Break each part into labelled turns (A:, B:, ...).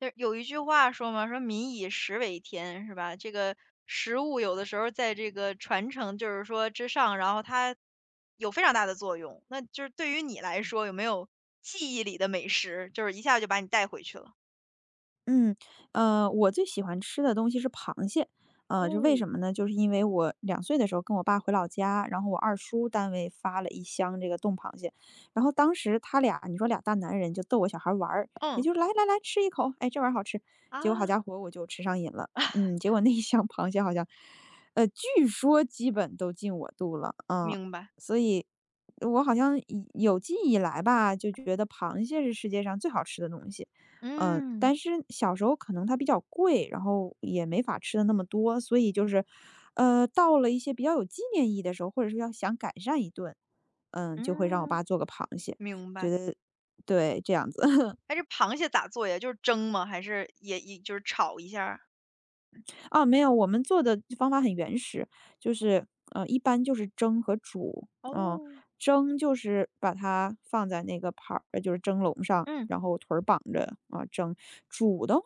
A: 就是有一句话说嘛，说"民以食为天"，是吧？这个食物有的时候在这个传承，就是说之上，然后它有非常大的作用。那就是对于你来说，有没有记忆里的美食，就是一下就把你带回去了？
B: 嗯。我最喜欢吃的东西是螃蟹。这为
A: 哦，
B: 什么呢？就是因为我2岁的时候跟我爸回老家，然后我二叔单位发了一箱这个冻螃蟹。然后当时他俩，你说俩大男人就逗我小孩玩儿，也
A: 嗯，
B: 就来来来吃一口。哎，这玩意儿好吃。
A: 啊，
B: 结果好家伙我就吃上瘾了。嗯，结果那一箱螃蟹好像，据说基本都进我肚了。嗯。
A: 明白。
B: 所以我好像以有记忆以来吧，就觉得螃蟹是世界上最好吃的东西。嗯，
A: 嗯，
B: 但是小时候可能它比较贵，然后也没法吃的那么多，所以就是，到了一些比较有纪念意义的时候，或者是要想改善一顿，嗯，就会让我
A: 嗯，
B: 爸做个螃蟹。
A: 明白。
B: 觉得对，这样子。
A: 哎，这螃蟹咋做呀？就是蒸吗？还是也就是炒一下儿
B: 哦，没有，我们做的方法很原始，就是，一般就是蒸和煮。嗯，
A: 哦，
B: 蒸就是把它放在那个盘儿，就是蒸笼上，
A: 嗯，
B: 然后腿儿绑着啊，蒸。煮的话，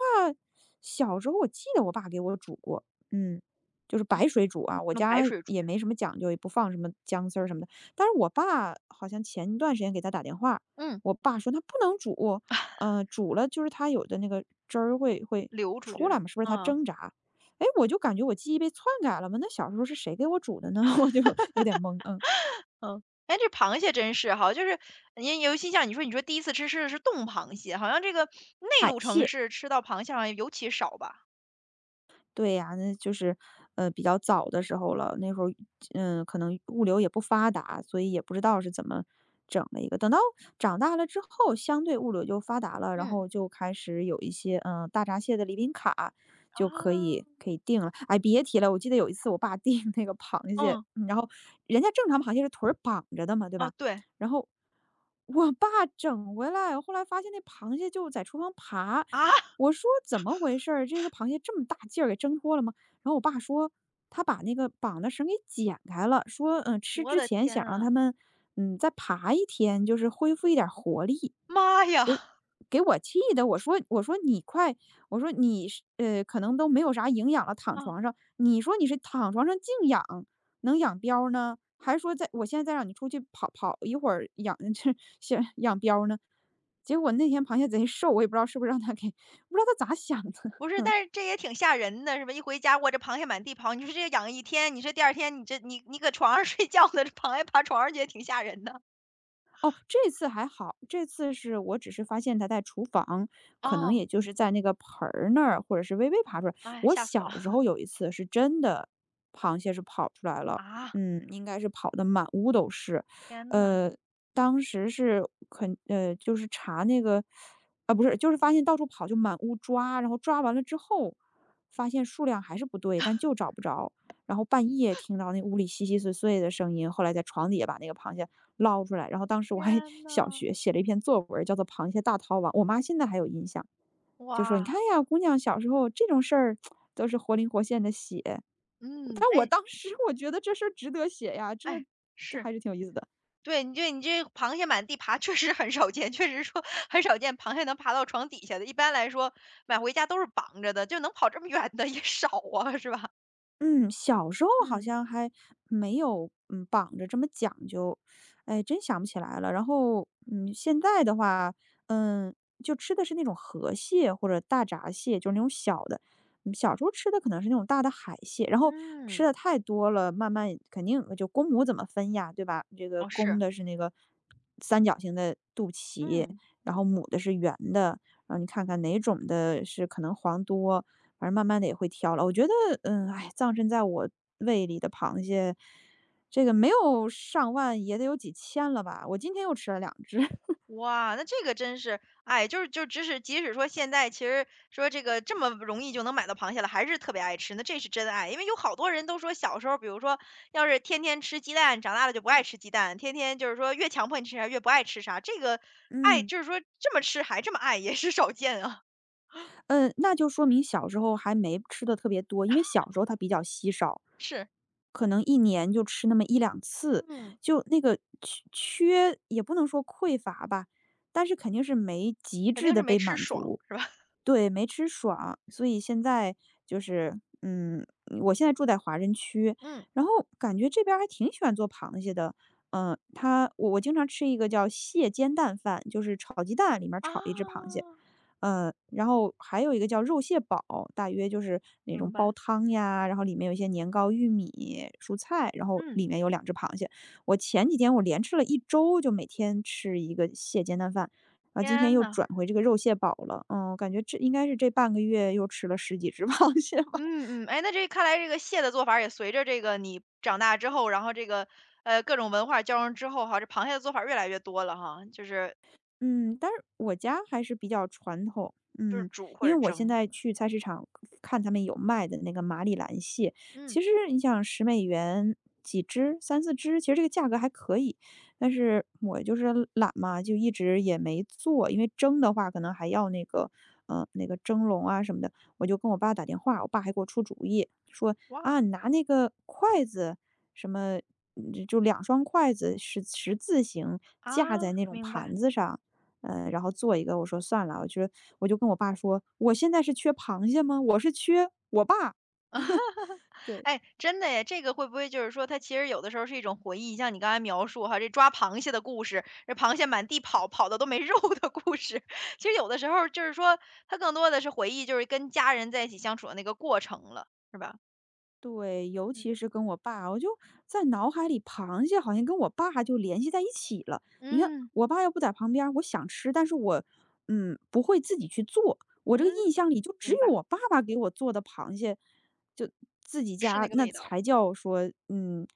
B: 小时候我记得我爸给我煮过。嗯，就是白水煮啊，我
A: 那白
B: 家
A: 水煮，
B: 也没什么讲究，也不放什么姜丝儿什么的。但是我爸好像前一段时间给他打电话，
A: 嗯，
B: 我爸说他不能煮。嗯，煮了就是他有的那个汁儿会
A: 流出去
B: 出
A: 是
B: 来
A: 吧？
B: 嘛，是不是他
A: 啊。
B: 挣扎？哎，我就感觉我记忆被篡改了吗？那小时候是谁给我煮的呢？我就有点懵，嗯。
A: 嗯，哎，这螃蟹真是哈，就是你尤其像你说，你说第一次吃的是冻螃蟹，好像这个内陆城市吃到螃蟹好像尤其少吧？
B: 对呀，那就是，比较早的时候了。那时候，嗯，可能物流也不发达，所以也不知道是怎么整的一个。等到长大了之后，相对物流就发达了，然
A: 嗯。
B: 后就开始有一些，嗯，大闸蟹的礼品卡就可
A: 啊，
B: 以可以订了。哎，别提了，我记得有一次我爸订 那个螃蟹。
A: 嗯，
B: 嗯然后人家正常螃蟹是腿儿绑着的嘛，对
A: 哦，
B: 吧？
A: 对，
B: 然后我爸整回来，后来发现那螃蟹就在厨房爬。
A: 啊
B: 我说怎么回事儿？这个螃蟹这么大劲儿给挣脱了吗？然后我爸说他把那个绑的绳给剪开了，说吃
A: 我
B: 之
A: 的
B: 前
A: 天
B: 想让他
A: 啊，
B: 们再爬一天，就是恢复一点儿活力。
A: 妈
B: 给
A: 呀，
B: 给我气的，我说你快，我说你是可能都没有啥营养了，躺
A: 啊，
B: 床上，你说你是躺床上静养，能养膘儿呢，还是说在我现在再让你出去跑跑一会儿养 这先养膘儿呢？结果那天螃蟹贼瘦，我也不知道是不是让他给，不知道他咋想的。
A: 不是，但是这也挺吓人的，是吧？一回家，我这螃蟹满地跑，你说这个养一天，你说第二天你这你搁床上 睡觉呢，这螃蟹爬床上去也挺吓人的。
B: 哦，这次还好，这次是我只是发现它在厨房，可能
A: 哦，
B: 也就是在那个盆儿那儿，或者是微微爬出来。
A: 妈呀，
B: 我
A: 吓死了
B: 小时候有一次是真的，螃蟹是跑出来了。
A: 啊！
B: 嗯，应该是跑的满屋都是。
A: 天呐，
B: 呃，当时是就是查那个。啊不是，就是发现到处跑就满屋抓。然后抓完了之后，发现数量还是不对，但就找不着。然后半夜听到那屋里稀稀碎碎的声音，后来在床底下把那个螃蟹捞出来，然后当时我
A: 天
B: 还小
A: 呐，
B: 学写了一篇作文儿叫做《螃蟹大逃亡》。我妈现在还有印象，就说："你
A: 哇，
B: 看呀，姑娘小时候这种事儿都是活灵活现的写。"
A: 嗯，
B: 但我
A: 哎
B: 当时 我觉得这事儿值得写呀。这
A: 哎，
B: 这
A: 是。
B: 还是挺有意思的。
A: 对，你这螃蟹满地爬确实很少见，确实说很少见螃蟹能爬到床底下的。一般来说，买回家都是绑着的，就能跑这么远的也少啊，是吧？
B: 嗯，小时候好
A: 嗯，
B: 像还没有，嗯，绑着这么讲究。哎，真想不起来了。然后，嗯，现在的话，嗯，就吃的是那种河蟹或者大闸蟹，就是那种小的。小时候吃的可能是那种大的海蟹，然后吃
A: 嗯，
B: 的太多了，慢慢肯定就公母怎么分呀，对吧？这个
A: 哦，
B: 公
A: 是，
B: 的是那个三角形的肚脐，
A: 嗯。
B: 然后母的是圆的，然后你看看哪种的是可能黄多，反正慢慢的也会挑了。我觉得，嗯，哎，葬身在我胃里的螃蟹，这个没有上万也得有几千了吧，我今天又吃了两只。
A: 哇，那这个真是，哎，就只是即使说现在其实说这个这么容易就能买到螃蟹了，还是特别爱吃，那这是真爱。因为有好多人都说小时候，比如说要是天天吃鸡蛋，长大了就不爱吃鸡蛋，天天就是说越强迫你吃啥越不爱吃啥，这个爱
B: 嗯。
A: 就是说这么吃还这么爱也是少见啊，
B: 嗯，那就说明小时候还没吃的特别多，因为小时候它比较稀少，
A: 是，
B: 可能一年就吃那么一两次。
A: 嗯
B: 就那个缺也不能说匮乏吧，但是肯定是没极
A: 肯
B: 致
A: 定是
B: 的
A: 没
B: 被
A: 吃
B: 满
A: 爽
B: 足。
A: 是吧？
B: 对，没吃爽，所以现在就是，嗯，我现在住在华人区，
A: 嗯
B: 然后感觉这边儿还挺喜欢做螃蟹的。嗯，我经常吃一个叫蟹煎蛋饭，就是炒鸡蛋里面儿炒一只螃
A: 啊，
B: 蟹。嗯，然后还有一个叫肉蟹煲，大约就是那
A: 明
B: 种
A: 白，
B: 煲汤呀，然后里面有一些年糕、玉米、蔬菜，然后
A: 嗯，
B: 里面有两只螃蟹。我前几天我连吃了一周，就每天吃一个蟹煎蛋饭，然后今
A: 天
B: 天又
A: 呐。
B: 转回这个肉蟹煲了。嗯，感觉这应该是这半个月又吃了十几只 螃蟹吧。
A: 嗯嗯，哎，那这看来这个蟹的做法儿也随着这个你长大之后，然后这个各种文化交融之后哈，这螃蟹的做法儿越来越多了哈，就是
B: 嗯，但是我家还是比较传统。
A: 就是
B: 嗯，
A: 煮或
B: 因
A: 者
B: 为我现
A: 蒸。
B: 在去菜市场看他们有卖的那个马里兰蟹，
A: 嗯，
B: 其实你想10美元几只，三四只，其实这个价格还可以。但是我就是懒嘛，就一直也没做，因为蒸的话可能还要那个，嗯，那个蒸笼啊什么的。我就跟我爸打电话，我爸还给我出主意，说
A: 哇
B: 啊，你拿那个筷子什么。就两双筷子十字形架
A: 啊，
B: 在那种
A: 明白。
B: 盘子上。嗯，然后做一个，我说算了。我觉得我就跟我爸说，我现在是缺螃蟹吗？我是缺我爸。对。
A: 哎，真的耶，这个会不会就是说它其实有的时候是一种回忆，像你刚才描述哈，这抓螃蟹的故事，这螃蟹满地跑，跑的都没 肉的故事。其实有的时候就是说它更多的是回忆，就是跟家人在一起相处的那个过程了，是吧？
B: 对，尤
A: 嗯
B: 其是跟我爸，我就在脑海里，螃蟹好像跟我爸就联系在一起了。你看，
A: 嗯
B: 我爸又不在旁边儿我想吃，但是我，嗯，不会自己去做。我这个
A: 嗯，
B: 印象里就只
A: 明
B: 有
A: 白，
B: 我爸爸给我做的螃蟹。就自己
A: 是那
B: 家
A: 个
B: 那
A: 味道。
B: 才叫说，嗯，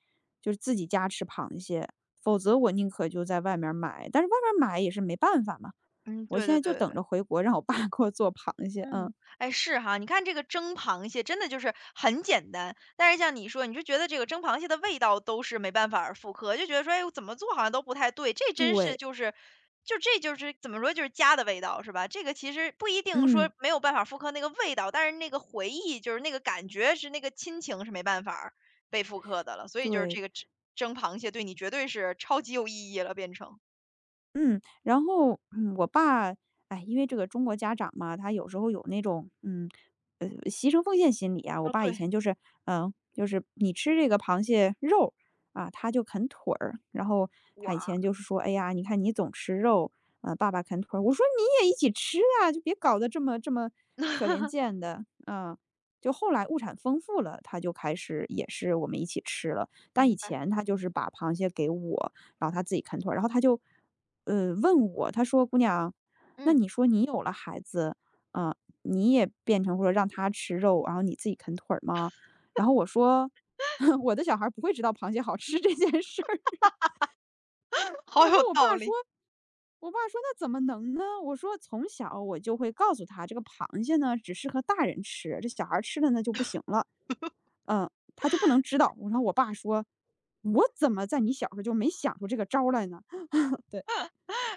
B: 就是自己家吃螃蟹。否则我宁可就在外面儿买，但是外面儿买也是没办法嘛。
A: 嗯，
B: 我
A: 对
B: 现
A: 对
B: 在
A: 对
B: 就
A: 对
B: 等
A: 对，
B: 着回国让我爸给我做螃蟹。
A: 嗯，
B: 嗯，
A: 哎，是哈，你看这个蒸螃蟹真的就是很简单，但是像你说，你就觉得这个蒸螃蟹的味道都是没办法儿复刻，就觉得说，哎，我怎么做好像都不太对，这真是
B: 对，
A: 就是怎么说，就是家的味道是吧？这个其实不一定说
B: 嗯，
A: 没有办法复刻那个味道，但是那个回忆就是那个感觉是那个亲情是没办法儿被复刻的了，所以就是这
B: 对。
A: 个蒸螃蟹对你绝对是超级有意义了，变成。
B: 嗯，然后，嗯，我爸，哎，因为这个中国家长嘛，他有时候有那种，嗯，牺牲奉献心理啊。我
A: 哦，
B: 爸以
A: 对，
B: 前就是，嗯，就是你吃这个螃蟹肉啊，他就啃腿儿。然后他以
A: 哇，
B: 前就是说，哎呀，你看你总吃肉，爸爸啃腿儿。我说你也一起吃啊，就别搞得这么可怜 见的，嗯。就后来物产丰富了，他就开始也是我们一起吃了。但以
A: 明白。
B: 前他就是把螃蟹给我，然后他自己啃腿儿，然后他就问我。他说："姑娘，那
A: 嗯。
B: 你说你有了孩子，啊、你也变成或者让他吃肉，然后你自己啃腿儿吗？"然后我说：我的小孩不会知道螃蟹好吃这件事儿。
A: 好
B: 然后
A: 有
B: 我
A: 道
B: 爸说：
A: 理。
B: “我爸说那怎么能呢？"我说："从小我就会告诉他，这个螃蟹呢只适合大人吃，这小孩儿吃了那就不行了。"嗯，他就不能知道。然后我爸说："我怎么在你小时候就没想出这个招儿来呢？"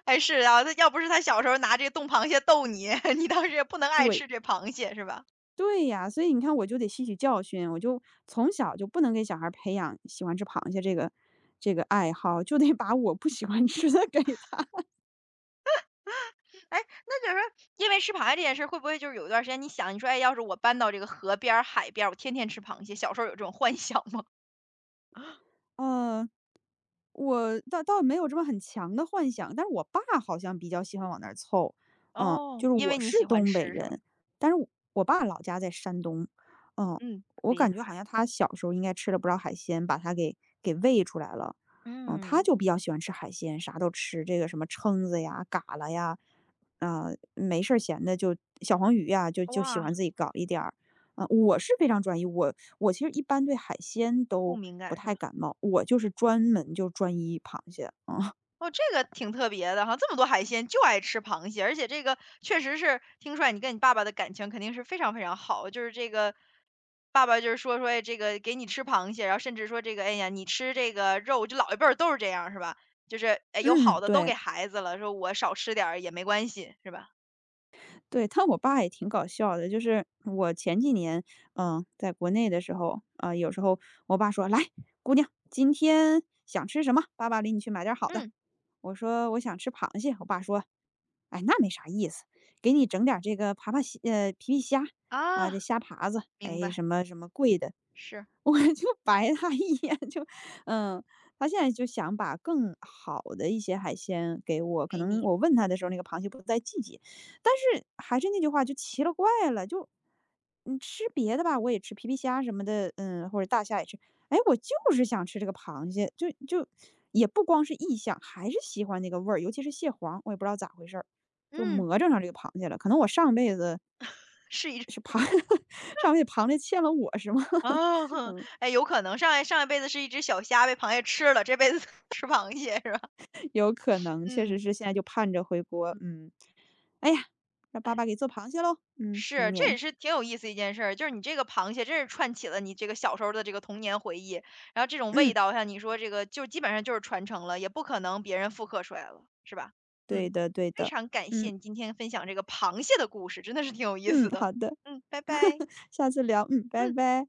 A: 哎，是啊，他要不是他小时候拿这个冻螃蟹逗你，你当时也不能爱
B: 对
A: 吃这螃蟹是吧？
B: 对呀，所以你看我就得吸取教训，我就从小就不能给小孩儿培养喜欢吃螃蟹这个爱好，就得把我不喜欢吃的 给他。
A: 哎，那就是说因为吃螃蟹这件事儿会不会就是有一段时间你想，你说："哎，要是我搬到这个河边儿海边儿我天天吃螃蟹。"小时候有这种幻想吗？
B: 呃，我倒没有这么很强的幻想，但是我爸好像比较喜欢往那儿凑。嗯，
A: 哦，
B: 就是
A: 因为
B: 我
A: 你
B: 是
A: 喜欢
B: 东北
A: 吃是吧？
B: 人，但是我爸老家在山东。嗯，
A: 嗯，
B: 我
A: 临
B: 感觉好
A: 海，
B: 像他小时候应该吃了不少海鲜，把他给喂出来了。嗯，他
A: 嗯，
B: 就比较喜欢吃海鲜，啥都吃，这个什么蛏子呀、蛤蜊呀，啊、没事儿闲的就小黄鱼呀，就喜
A: 哇，
B: 欢自己搞一点儿。啊，我是非常专一，我其实一般对海鲜
A: 不
B: 都
A: 敏
B: 不
A: 感是吧？
B: 太感冒。我就是专门就专一螃蟹，啊，
A: 哦，这个挺特别的哈，这么多海鲜就爱吃螃蟹，而且这个确实是听出来你跟你爸爸的感情肯定是非常非常好，就是这个爸爸就是说，哎这个给你吃螃蟹，然后甚至说这个，哎呀，你吃这个肉，就老一辈儿都是这样，是吧？就是哎，有好
B: 嗯，
A: 的都给
B: 对。
A: 孩子了，说我少吃点儿也没关系，是吧？
B: 对，但我爸也挺搞笑的，就是我前几年，嗯，在国内的时候，有时候我爸说："来，姑娘，今天想吃什么？爸爸领你去买点好的。"
A: 嗯，
B: 我说："我想吃螃蟹。"我爸说："哎，那没啥意思，给你整点这个爬爬虾，皮皮虾啊，
A: 啊，
B: 这虾爬子，
A: 明
B: 哎，
A: 白，
B: 什么什么贵的。"
A: 是
B: 我就白他一眼，就，嗯，他现在就想把更好的一些海鲜给我。可
A: 给
B: 能
A: 你，
B: 我问他的时候，那个螃蟹不在季节。但是还是那句话，就奇了怪了，就你吃别的吧，我也吃皮皮虾什么的，嗯，或者大虾也吃。哎，我就是想吃这个螃蟹，就也不光是意向，还是喜欢那个味儿，尤其是蟹黄。我也不知道咋回事儿，就
A: 嗯，
B: 魔怔上这个螃蟹了。可能我上辈子
A: 是一只
B: 是螃 上辈子螃蟹欠了我是吗？
A: 哦，
B: 嗯，
A: 哎，有可能上一辈子是一只小虾被螃蟹吃了，这辈子 吃螃蟹是吧？
B: 有可能，确实
A: 嗯
B: 是现在就盼着回国。
A: 嗯，
B: 嗯，哎呀，让爸
A: 哎。
B: 爸给做螃蟹喽。嗯，
A: 是，
B: 明
A: 这也
B: 年。
A: 是挺有意思一件事儿，就是你这个螃蟹真是串起了你这个小时候的这个童年回忆，然后这种味
B: 嗯，
A: 道，像你说这个就基本上就是传承了，也不可能别人复刻出来了，是吧？嗯，
B: 对的，对
A: 非
B: 的。
A: 常感谢
B: 嗯。
A: 你今天分享这个螃蟹的故事，真的是挺有意思
B: 嗯，
A: 的。
B: 好的，
A: 嗯，拜拜。
B: 下次聊，嗯，拜
A: 嗯。
B: 拜。